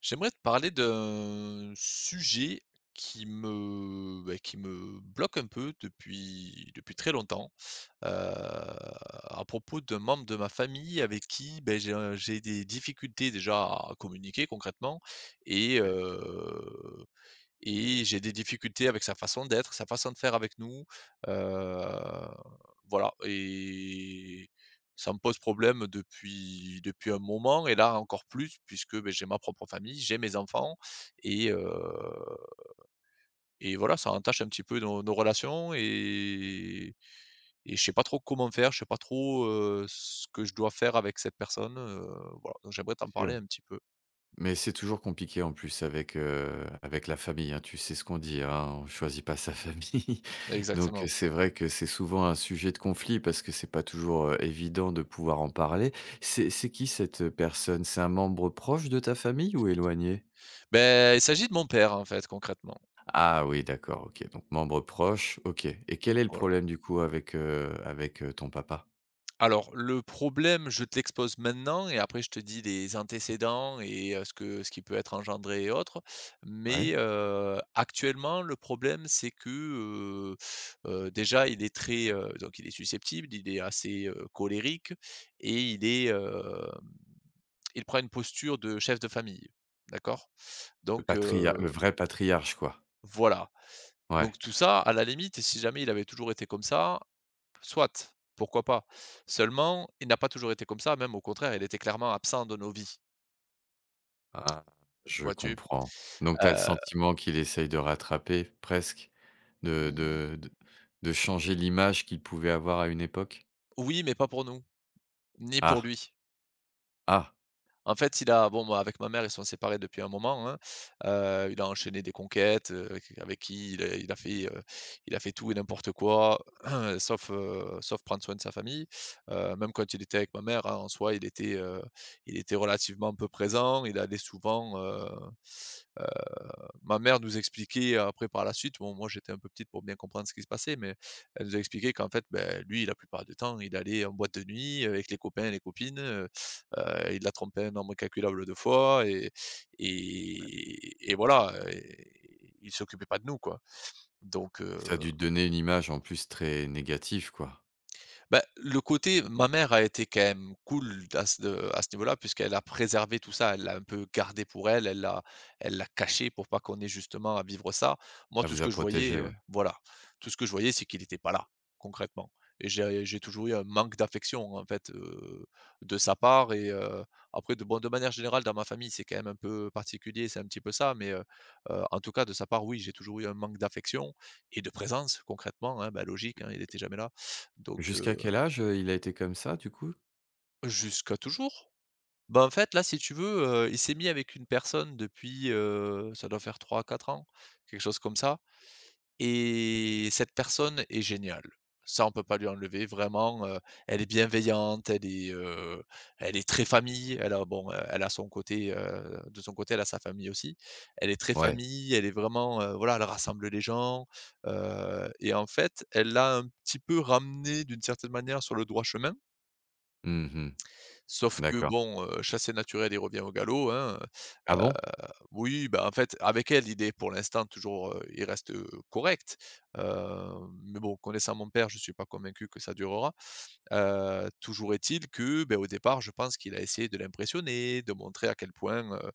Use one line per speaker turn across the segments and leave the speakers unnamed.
J'aimerais te parler d'un sujet qui me bloque un peu depuis très longtemps, à propos d'un membre de ma famille avec qui j'ai des difficultés déjà à communiquer concrètement et
Ouais,
heu et j'ai des difficultés avec sa façon d'être, sa façon de faire avec nous, heu, voilà, et ça me pose problème depuis un moment et là encore plus puisque j'ai ma propre famille, j'ai mes enfants et heu et voilà, ça entache un petit peu nos relations et je sais pas trop comment faire, je sais pas trop, ce que je dois faire avec cette personne, voilà, donc j'aimerais t'en
c'est
parler
sûr.
un petit peu.
Mais c'est toujours compliqué en plus avec, avec la famille, hein. Tu sais ce qu'on dit, hein, on choisit pas sa famille. Donc,
Exactement.
c'est vrai que c'est souvent un sujet de conflit parce que c'est pas toujours, évident de pouvoir en parler. C'est qui cette personne? C'est un membre proche de ta famille ou éloigné?
Ben, il s'agit de mon père, en fait, concrètement.
Ah oui, d'accord, OK. Donc membre proche, OK. Et quel
Mmh,
est le
voilà.
problème du coup avec, avec, ton papa?
Alors, le problème, je te l'expose maintenant et après je te dis les antécédents et ce que ce qui peut être engendré et autres. Mais,
Ouais?
actuellement, le problème, c'est que, heu déjà, il est très, donc il est susceptible, il est assez, colérique et il est il prend une posture de chef de famille, d'accord? Donc, heu,
Le vrai patriarche quoi?
voilà. Donc
Ouais.
tout ça, à la limite, si jamais il avait toujours été comme ça, soit, pourquoi pas. Seulement, il n'a pas toujours été comme ça, même au contraire, il était clairement absent de nos vies,
Ah, je
vois-tu?
comprends. Donc tu as le
Heu,
sentiment qu'il essaye de rattraper presque, de de de de changer l'image qu'il pouvait avoir à une époque?
oui, mais pas pour nous, ni pour
Ah!
lui.
Ah!
En fait, moi, avec ma mère, ils sont séparés depuis un moment, hein. Il a enchaîné des conquêtes, q avec qui il a fait tout et n'importe quoi, sauf, sauf prendre soin de sa famille. Même quand il était avec ma mère, hein, en soi, il était il était relativement peu présent. Il allait souvent, ma mère nous expliquait après par la suite, bon moi j'étais un peu petite pour bien comprendre ce qui se passait, mais elle nous a expliqué qu'en fait, ben lui la plupart du temps, il allait en boîte de nuit avec les copains, et les copines, il l'a trompé un nombre incalculable de fois et et voilà, et il s'occupait pas de nous quoi. Donc heu
Ça a dû te donner une image en plus très négative quoi.
Bah, le côté ma mère a été quand même cool à ce niveau-là, puisqu'elle a préservé tout ça. Elle l'a un peu gardé pour elle, elle l'a caché pour pas qu'on ait justement à vivre ça. Moi,
Ça
tout ce
vous a
que je voyais,
protégé, ouais.
tout ce que je voyais, c'est qu'il n'était pas là, concrètement, et j'ai toujours eu un manque d'affection, en fait, de sa part et après de manière générale dans ma famille, c'est quand même un peu particulier, c'est un petit peu ça, mais en tout cas de sa part, oui, j'ai toujours eu un manque d'affection et de présence concrètement, hein, bah, logique, hein, il n'était jamais là donc euh,
Jusqu'à quel âge, il a été comme ça du coup?
Jusqu'à toujours. Bah, en fait, là, si tu veux, il s'est mis avec une personne depuis, ça doit faire trois, quatre ans, quelque chose comme ça, et cette personne est géniale. Ça, on peut pas lui enlever vraiment, elle est bienveillante, elle est très famille, elle a bon, elle a son côté, de son côté, elle a sa famille aussi. Elle est très
Ouais.
famille, elle est vraiment, elle rassemble les gens, et en fait, elle l'a un petit peu ramené d'une certaine manière sur le droit chemin.
Mmh.
Sauf que
D'accord.
bon, chassé naturel, il revient au galop, hein, heu,
Ah bon?
oui, bah, en fait, avec elle, l'idée pour l'instant toujours, il reste, correct, heu, mais bon, connaissant mon père, je ne suis pas convaincu que ça durera, toujours est-il que, ben au départ, je pense qu'il a essayé de l'impressionner, de montrer à quel point,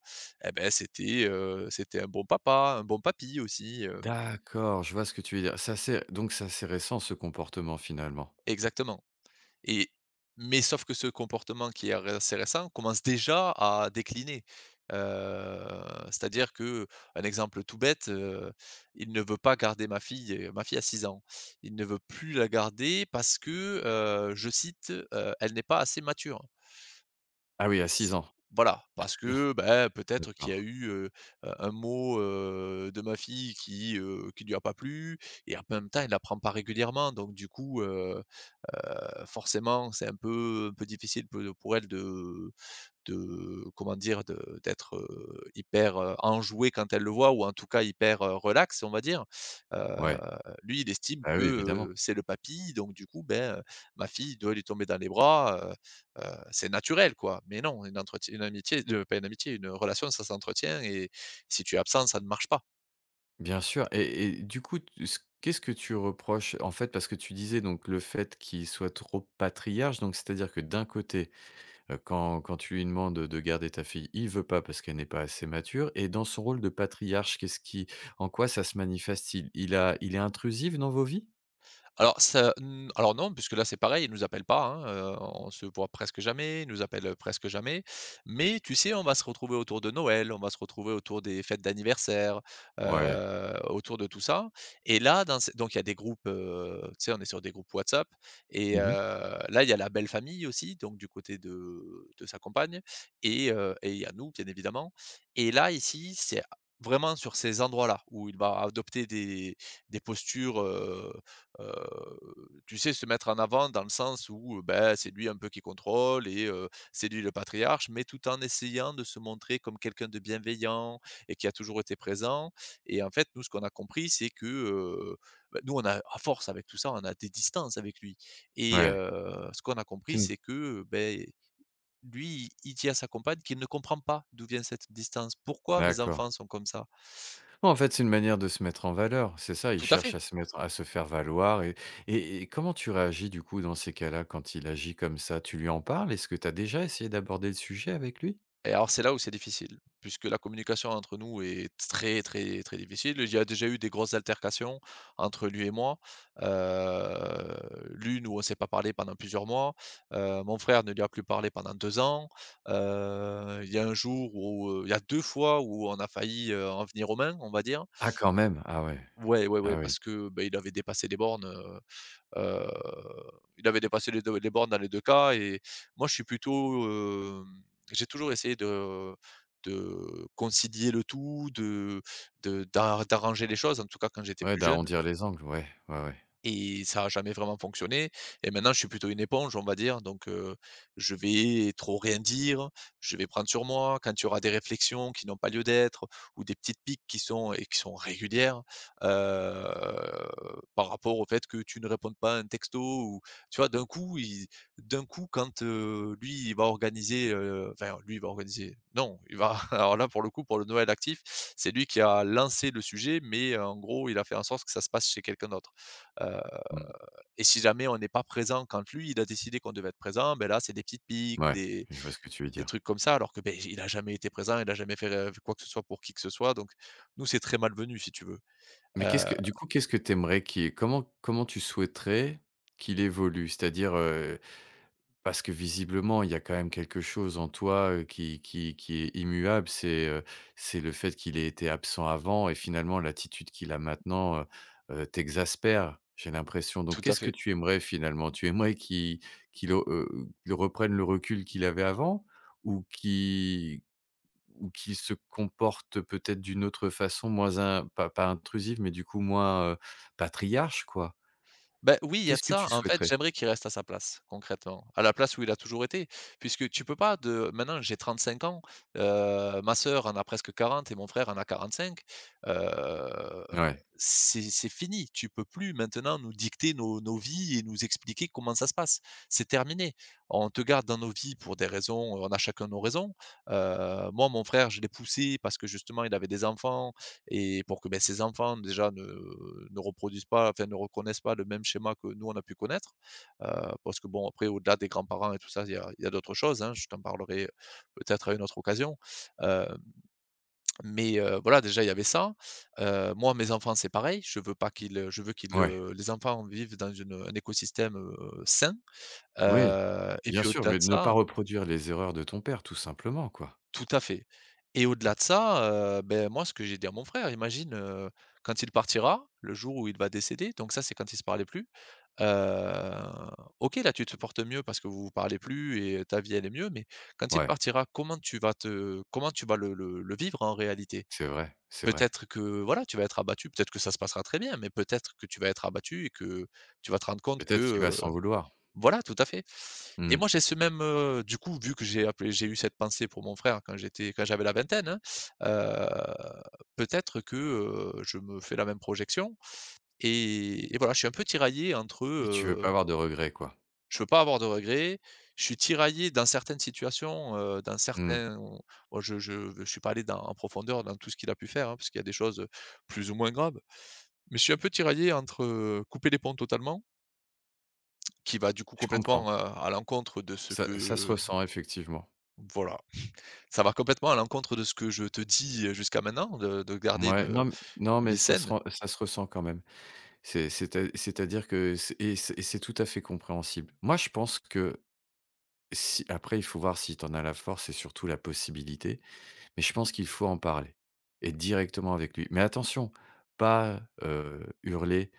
eh beh, c'était un bon papa, un bon papy aussi,
D'accord, je vois ce que tu veux dire. Ça C'est assez, donc c'est assez récent ce comportement finalement?
exactement. Et mais sauf que ce comportement qui est assez récent commence déjà à décliner. Heu, C'est-à-dire que: un exemple tout bête, il ne veut pas garder ma fille a 6 ans. Il ne veut plus la garder parce que, je cite, «Elle n'est pas assez mature».
Ah oui, à
S
6 ans?
Voilà, parce que, bah, peut-être qu'il y a
D'accord.
eu, un mot, de ma fille qui qui lui a pas plu, et en même temps elle apprend pas régulièrement donc du coup, forcément c'est un peu difficile peu pour elle de comment dire? De D'être, hyper, enjoué quand elle le voit ou en tout cas hyper, relax, on va dire.
Ouais.
Heu, Lui, il estime
Ah
que,
oui, évidemment.
c'est le papy, donc du coup, ben, ma fille doit lui tomber dans les bras, c'est naturel, quoi. Mais non, une entretien une amitié de pas une amitié, une relation, ça s'entretient et si tu es absent, ça ne marche pas.
Bien sûr. Et du coup, t ce qu'est-ce que tu reproches, en fait? Parce que tu disais donc le fait qu'il soit trop patriarche, donc c'est-à-dire que d'un côté, quand tu lui demandes de garder ta fille, il veut pas parce qu'elle n'est pas assez mature. Et dans son rôle de patriarche, qu'est-ce qui en quoi ça se manifeste-t-il? Il est intrusif dans vos vies?
Alors ça n Alors non, puisque là, c'est pareil, ils nous appellent pas, hein, on se voit presque jamais, ils nous appellent presque jamais. Mais tu sais, on va se retrouver autour de Noël, on va se retrouver autour des fêtes d'anniversaire,
Ouais.
autour de tout ça. Et là, dans ce donc il y a des groupes, tu sais, on est sur des groupes WhatsApp et
Mmh.
là, il y a la belle famille aussi, donc du côté de sa compagne et il y a nous, bien évidemment. Et là, ici, c'est vraiment sur ces endroits-là où il va adopter des postures, heu, tu sais, se mettre en avant dans le sens où, ben, c'est lui un peu qui contrôle et c'est lui le patriarche, mais tout en essayant de se montrer comme quelqu'un de bienveillant et qui a toujours été présent, et en fait, nous, ce qu'on a compris, c'est que, bah, nous, on a à force avec tout ça, on a des distances avec lui, et
Ouais.
ce qu'on a
C'est
compris,
une
c'est que, ben, lui, il dit à sa compagne qu'il ne comprend pas d'où vient cette distance. «Pourquoi mes
D'accord.
enfants sont comme ça?»
En fait, c'est une manière de se mettre en valeur, c'est ça, il
Tout à
cherche
fait.
à se mettre à se faire valoir. Et et comment tu réagis du coup dans ces cas-là quand il agit comme ça? Tu lui en parles? Est-ce que tu as déjà essayé d'aborder le sujet avec lui?
Et alors c'est là où c'est difficile, puisque la communication entre nous est très, très, très difficile. Il y a déjà eu des grosses altercations entre lui et moi. Heu, L'une où on ne s'est pas parlé pendant plusieurs mois, mon frère ne lui a plus parlé pendant 2 ans. Il y a un jour où il y a 2 fois où on a failli, en venir aux mains, on va dire.
Ah quand même? Ah ouais,
Ouais, ouais,
ah
ouais,
oui.
parce que, beh, il avait dépassé les bornes, Heu, il avait dépassé les bornes dans les 2 cas et moi je suis plutôt, j'ai toujours essayé de concilier le tout, de d'arranger les choses, en tout cas quand j'étais
Ouais,
plus jeune.
d'arrondir les angles, ouais, ouais, ouais.
Et ça a jamais vraiment fonctionné, et maintenant je suis plutôt une éponge, on va dire, donc je vais trop rien dire, je vais prendre sur moi. Quand il y aura des réflexions qui n'ont pas lieu d'être ou des petites piques qui sont et qui sont régulières, heu, par rapport au fait que tu ne répondes pas à un texto ou tu vois? D'un coup quand, lui il va organiser, enfin lui il va organiser, non, il va alors là pour le coup pour le Noël actif, c'est lui qui a lancé le sujet mais en gros il a fait en sorte que ça se passe chez quelqu'un d'autre,
Mmh.
et si jamais on n'est pas présent quand lui, il a décidé qu'on devait être présent, ben là, c'est des petites piques,
Ouais, je vois ce que tu veux
des
dire.
trucs comme ça, alors que, ben il a jamais été présent, il a jamais fait, quoi que ce soit pour qui que ce soit, donc nous, c'est très malvenu, si tu veux.
Mais
Heu,
qu'est-ce que du coup, qu'est-ce que t'aimerais qu'il comment tu souhaiterais qu'il évolue? C'est-à-dire, parce que visiblement, il y a quand même quelque chose en toi, qui est immuable. C'est le fait qu'il ait été absent avant et finalement l'attitude qu'il a maintenant, t'exaspère, j'ai l'impression. Donc
Tout à
qu'est-ce que
fait.
tu aimerais finalement? Tu aimerais qu'il qu'il re qu'il reprenne le recul qu'il avait avant, ou qu'il ou qu'il se comporte peut-être d'une autre façon, moins in pas intrusive, mais du coup moins, patriarche quoi?
Ben oui, il y a de
Qu'est-ce que
ça.
tu
En fait,
souhaiterais?
j'aimerais qu'il reste à sa place, concrètement, à la place où il a toujours été. Puisque tu peux pas de Maintenant j'ai 35 ans, ma sœur en a presque 40 et mon frère en a 45, heu,
Ouais,
c'est fini. Tu peux plus maintenant nous dicter nos vies et nous expliquer comment ça se passe. C'est terminé. On te garde dans nos vies pour des raisons, on a chacun nos raisons. Moi, mon frère, je l'ai poussé parce que justement il avait des enfants, et pour que, beh, ces enfants déjà ne ne reproduisent pas, enfin ne reconnaissent pas le même schéma que nous on a pu connaître. Heu, Parce que bon après au-delà des grands-parents et tout ça, il y a d'autres choses, hein, je t'en parlerai peut-être à une autre occasion. Heu, voilà, déjà il y avait ça. Moi mes enfants c'est pareil, je veux pas qu'ils, je veux qu'ils,
ouais.
les enfants vivent un écosystème, sain.
Oui,
Et
bien
puis
sûr,
au-delà de
mais de ne pas
ça,
reproduire les erreurs de ton père, tout simplement, quoi.
tout à fait, et au-delà de ça, beh, moi, ce que j'ai dit à mon frère, imagine, quand il partira, le jour où il va décéder, donc ça, c'est quand il se parlait plus, heu, OK, là, tu te portes mieux parce que vous vous parlez plus et ta vie, elle est mieux, mais quand il
Ouais,
partira, comment tu vas le vivre en réalité?
c'est vrai, c'est vrai.
Peut-être que, voilà, tu vas être abattu, peut-être que ça se passera très bien, mais peut-être que tu vas être abattu et que tu vas te rendre compte
Peut-être qu'il va
que,
s'en vouloir.
voilà, tout à fait, et moi
Mmh.
j'ai ce même, du coup vu que j'ai eu cette pensée pour mon frère quand j'avais la vingtaine, hein, heu, peut-être que, je me fais la même projection, et voilà, je suis un peu tiraillé entre,
Et tu veux pas avoir de regrets, quoi.
je veux pas avoir de regrets, je suis tiraillé dans certaines situations, dans
Mmh.
certains bon je suis pas allé dans en profondeur dans tout ce qu'il a pu faire, hein, parce qu'il y a des choses, plus ou moins graves. Mais je suis un peu tiraillé entre, couper les ponts totalement, qui va du coup
Je
complètement,
comprends.
à l'encontre de ce
Ça se
que
ressent effectivement.
voilà. Ça va complètement à l'encontre de ce que je te dis, jusqu'à maintenant, de garder
Ouais, non, mais non,
une vie
mais
saine.
ça se ressent quand même. C'est-à-dire que c'est c'est tout à fait compréhensible. Moi, je pense que si après il faut voir si tu en as la force et surtout la possibilité, mais je pense qu'il faut en parler et directement avec lui. Mais attention, pas, hurler.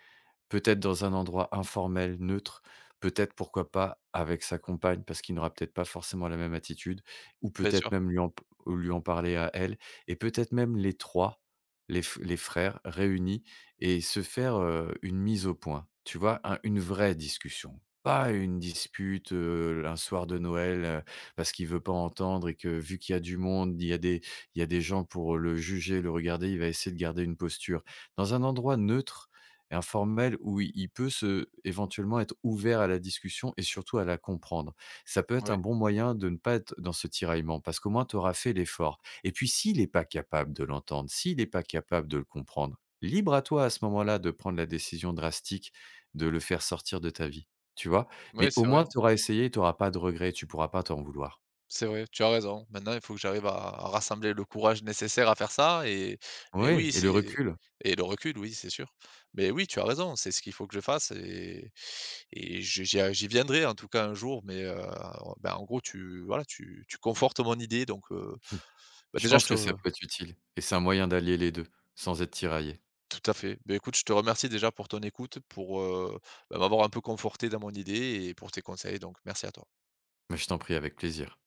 Peut-être dans un endroit informel, neutre, peut-être pourquoi pas avec sa compagne, parce qu'il n'aura peut-être pas forcément la même attitude, ou
Bien
peut-être
sûr.
même lui en p lui en parler à elle, et peut-être même les trois, les frères réunis, et se faire, une mise au point, tu vois? Un Une vraie discussion, pas une dispute, un soir de Noël, parce qu'il veut pas entendre et que vu qu'il y a du monde, il y a des gens pour le juger, le regarder, il va essayer de garder une posture. Dans un endroit neutre et informel où i il peut se éventuellement être ouvert à la discussion et surtout à la comprendre. Ça peut être un
Oui.
bon moyen de ne pas être dans ce tiraillement, parce qu'au moins tu auras fait l'effort, et puis s'il n'est pas capable de l'entendre, s'il n'est pas capable de le comprendre, libre à toi à ce moment-là de prendre la décision drastique de le faire sortir de ta vie, tu vois?
Oui,
Mais au moins tu auras essayé, tu auras pas de regrets, tu pourras pas t'en vouloir.
c'est vrai, tu as raison. Maintenant, il faut que j'arrive à rassembler le courage nécessaire à faire ça et mais
Oui,
oui,
et le
c'est
recul,
et le recul, oui, c'est sûr. Mais oui, tu as raison, c'est ce qu'il faut que je fasse et je j'y j'y viendrai en tout cas un jour, mais ben, en gros, tu voilà, tu tu confortes mon idée donc bah,
je
déjà je
pense
te
que ça peut être utile et c'est un moyen d'allier les 2 sans être tiraillé.
tout à fait. Ben écoute, je te remercie déjà pour ton écoute, pour, bah, m'avoir un peu conforté dans mon idée et pour tes conseils, donc merci à toi.
Mais je t'en prie, avec plaisir.